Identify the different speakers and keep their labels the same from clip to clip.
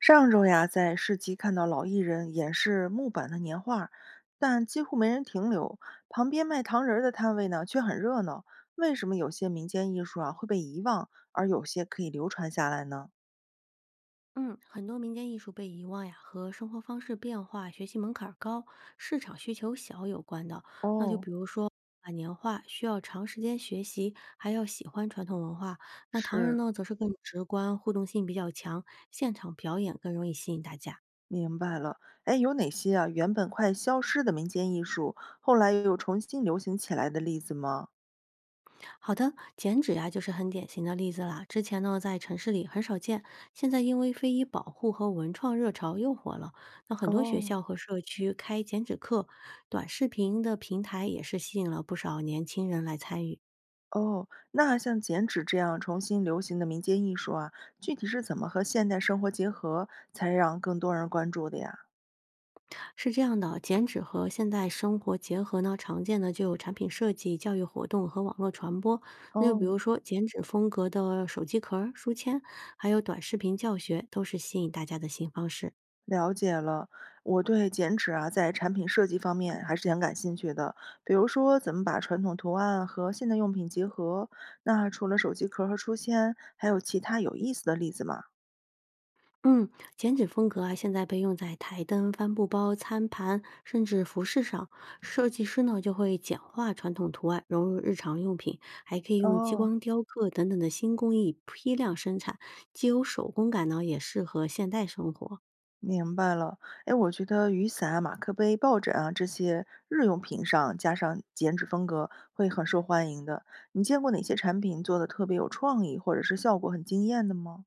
Speaker 1: 上周呀，在市集看到老艺人演示木板的年画儿，但几乎没人停留。旁边卖糖人儿的摊位呢，却很热闹。为什么有些民间艺术啊会被遗忘，而有些可以流传下来呢？
Speaker 2: 嗯，很多民间艺术被遗忘呀，和生活方式变化、学习门槛儿高、市场需求小有关的。那就
Speaker 1: 哦，
Speaker 2: 比如说啊，年画需要长时间学习，还要喜欢传统文化。那唐人
Speaker 1: 是，
Speaker 2: 呢，则是更直观，互动性比较强，现场表演更容易吸引大家。
Speaker 1: 明白了。哎，有哪些啊原本快消失的民间艺术，后来又重新流行起来的例子吗？
Speaker 2: 好的，剪纸呀、就是很典型的例子啦。之前呢，在城市里很少见，现在因为非遗保护和文创热潮又火了。那很多学
Speaker 1: 哦，
Speaker 2: 校和社区开剪纸课，短视频的平台也是吸引了不少年轻人来参与。
Speaker 1: 哦，那像剪纸这样重新流行的民间艺术啊，具体是怎么和现代生活结合，才让更多人关注的呀？
Speaker 2: 是这样的，剪纸和现代生活结合呢，常见的就有产品设计、教育活动和网络传播。那就比如
Speaker 1: 哦，
Speaker 2: 说剪纸风格的手机壳儿、书签，还有短视频教学，都是吸引大家的新方式。
Speaker 1: 了解了，我对剪纸啊，在产品设计方面还是挺感兴趣的。比如说，怎么把传统图案和现代用品结合？那除了手机壳和书签，还有其他有意思的例子吗？
Speaker 2: 嗯，剪纸风格啊，现在被用在台灯、帆布包、餐盘，甚至服饰上。设计师呢就会简化传统图案，融入日常用品，还可以用激
Speaker 1: 哦。
Speaker 2: 光雕刻等等的新工艺批量生产，既有手工感呢，也适合现代生活。
Speaker 1: 明白了，哎，我觉得雨伞啊、马克杯、抱枕啊这些日用品上加上剪纸风格会很受欢迎的。你见过哪些产品做的特别有创意，或者是效果很惊艳的吗？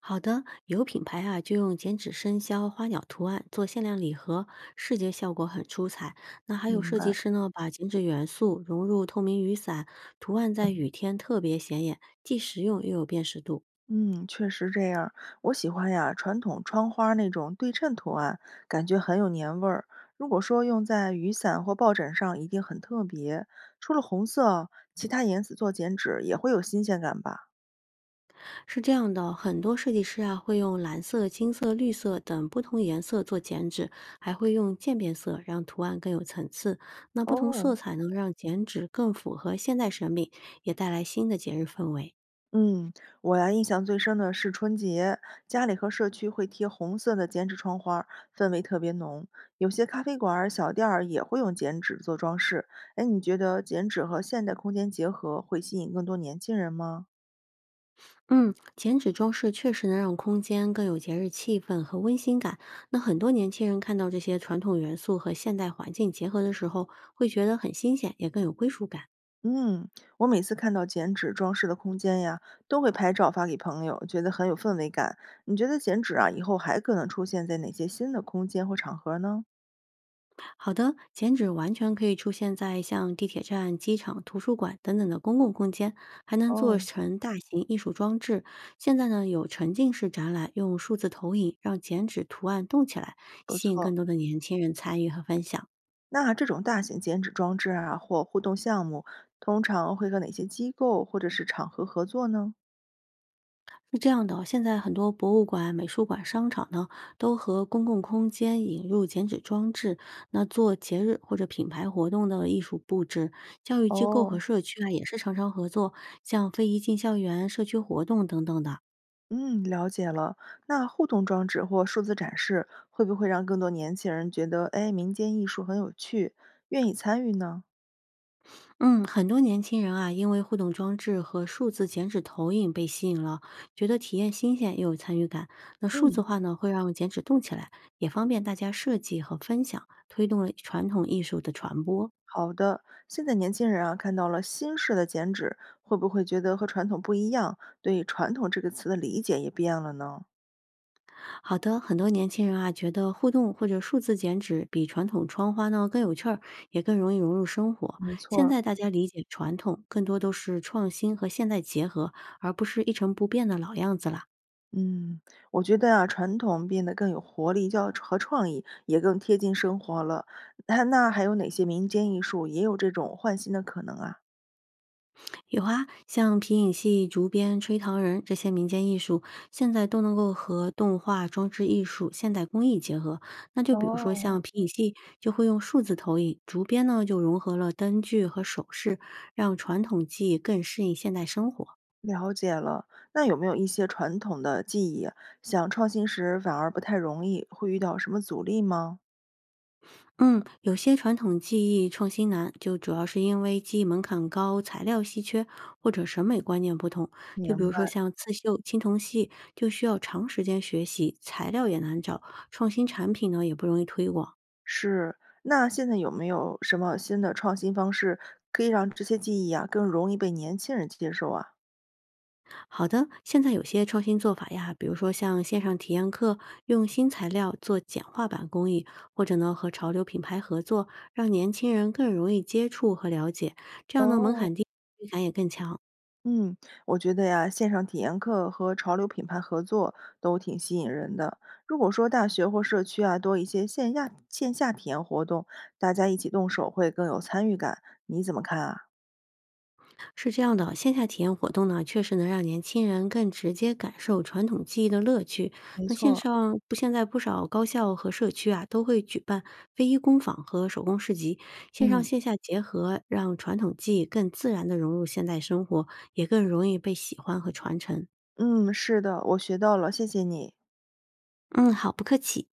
Speaker 2: 好的，有品牌啊就用剪纸生肖、花鸟图案做限量礼盒，视觉效果很出彩。那还有
Speaker 1: 明
Speaker 2: 设计
Speaker 1: 白，
Speaker 2: 师呢，把剪纸元素融入透明雨伞，图案在雨天特别显眼，既实用又有辨识度。
Speaker 1: 嗯，确实这样。我喜欢呀，传统窗花那种对称图案，感觉很有年味儿。如果说用在雨伞或抱枕上，一定很特别。除了红色，其他颜色做剪纸也会有新鲜感吧？
Speaker 2: 是这样的，很多设计师啊会用蓝色、金色、绿色等不同颜色做剪纸，还会用渐变色让图案更有层次。那不同色
Speaker 1: 哦，
Speaker 2: 彩能让剪纸更符合现代审美，也带来新的节日氛围。
Speaker 1: 嗯，我呀印象最深的是春节，家里和社区会贴红色的剪纸窗花儿，氛围特别浓。有些咖啡馆儿、小店儿也会用剪纸做装饰。哎，你觉得剪纸和现代空间结合会吸引更多年轻人吗？
Speaker 2: 嗯，剪纸装饰确实能让空间更有节日气氛和温馨感。那很多年轻人看到这些传统元素和现代环境结合的时候，会觉得很新鲜，也更有归属感。
Speaker 1: 嗯，我每次看到剪纸装饰的空间呀，都会拍照发给朋友，觉得很有氛围感。你觉得剪纸啊，以后还可能出现在哪些新的空间或场合呢？
Speaker 2: 好的，剪纸完全可以出现在像地铁站、机场、图书馆等等的公共空间，还能做
Speaker 1: 哦，
Speaker 2: 成大型艺术装置。现在呢，有沉浸式展览，用数字投影让剪纸图案动起来，
Speaker 1: 不
Speaker 2: 吸引更
Speaker 1: 错。
Speaker 2: 多的年轻人参与和分享。
Speaker 1: 那这种大型剪纸装置啊，或互动项目，通常会和哪些机构或者是场合合作呢？
Speaker 2: 是这样的哦，现在很多博物馆、美术馆、商场呢，都和公共空间引入剪纸装置，那做节日或者品牌活动的艺术布置。教育机构和
Speaker 1: 哦，
Speaker 2: 社区啊，也是常常合作，像非遗进校园、社区活动等等的。
Speaker 1: 嗯，了解了。那互动装置或数字展示，会不会让更多年轻人觉得，哎，民间艺术很有趣，愿意参与呢？
Speaker 2: 嗯，很多年轻人啊，因为互动装置和数字剪纸投影被吸引了，觉得体验新鲜又有参与感。那数字
Speaker 1: 嗯，
Speaker 2: 化呢，会让剪纸动起来，也方便大家设计和分享，推动了传统艺术的传播。
Speaker 1: 好的，现在年轻人啊，看到了新式的剪纸，会不会觉得和传统不一样？对“传统”这个词的理解也变了呢？
Speaker 2: 好的，很多年轻人啊，觉得互动或者数字剪纸比传统窗花呢更有趣儿，也更容易融入生活。
Speaker 1: 没错
Speaker 2: 现
Speaker 1: 儿。
Speaker 2: 在大家理解传统，更多都是创新和现代结合，而不是一成不变的老样子了。
Speaker 1: 嗯，我觉得啊，传统变得更有活力叫和创意，也更贴近生活了。那还有哪些民间艺术也有这种换新的可能啊？
Speaker 2: 有啊，像皮影戏、竹编、吹糖人这些民间艺术，现在都能够和动画、装置艺术、现代工艺结合。那就比如说像
Speaker 1: 哦，
Speaker 2: 皮影戏，就会用数字投影；竹编呢，就融合了灯具和首饰，让传统技艺更适应现代生活。
Speaker 1: 了解了，那有没有一些传统的技艺啊，想创新时反而不太容易，会遇到什么阻力吗？
Speaker 2: 嗯，有些传统技艺创新难，就主要是因为技艺门槛高、材料稀缺或者审美观念不同。就比
Speaker 1: 明
Speaker 2: 如
Speaker 1: 白，
Speaker 2: 说像刺绣、青铜器，就需要长时间学习，材料也难找，创新产品呢也不容易推广。
Speaker 1: 是。那现在有没有什么新的创新方式，可以让这些技艺啊更容易被年轻人接受啊？
Speaker 2: 好的，现在有些创新做法呀，比如说像线上体验课，用新材料做简化版工艺，或者呢和潮流品牌合作，让年轻人更容易接触和了解，这样呢门
Speaker 1: 哦。
Speaker 2: 槛低。也。
Speaker 1: 嗯，我觉得呀，线上体验课和潮流品牌合作都挺吸引人的。如果说大学或社区啊多一些线下体验活动，大家一起动手会更有参与感，你怎么看啊？
Speaker 2: 是这样的，线下体验活动呢，确实能让年轻人更直接感受传统技艺的乐趣。
Speaker 1: 没
Speaker 2: 那线
Speaker 1: 错，
Speaker 2: 上不，现在不少高校和社区啊，都会举办非遗工坊和手工市集，线上
Speaker 1: 嗯
Speaker 2: 线下结合，让传统技艺更自然地融入现代生活，也更容易被喜欢和传承。
Speaker 1: 嗯，是的，我学到了，谢谢你。
Speaker 2: 嗯，好，不客气。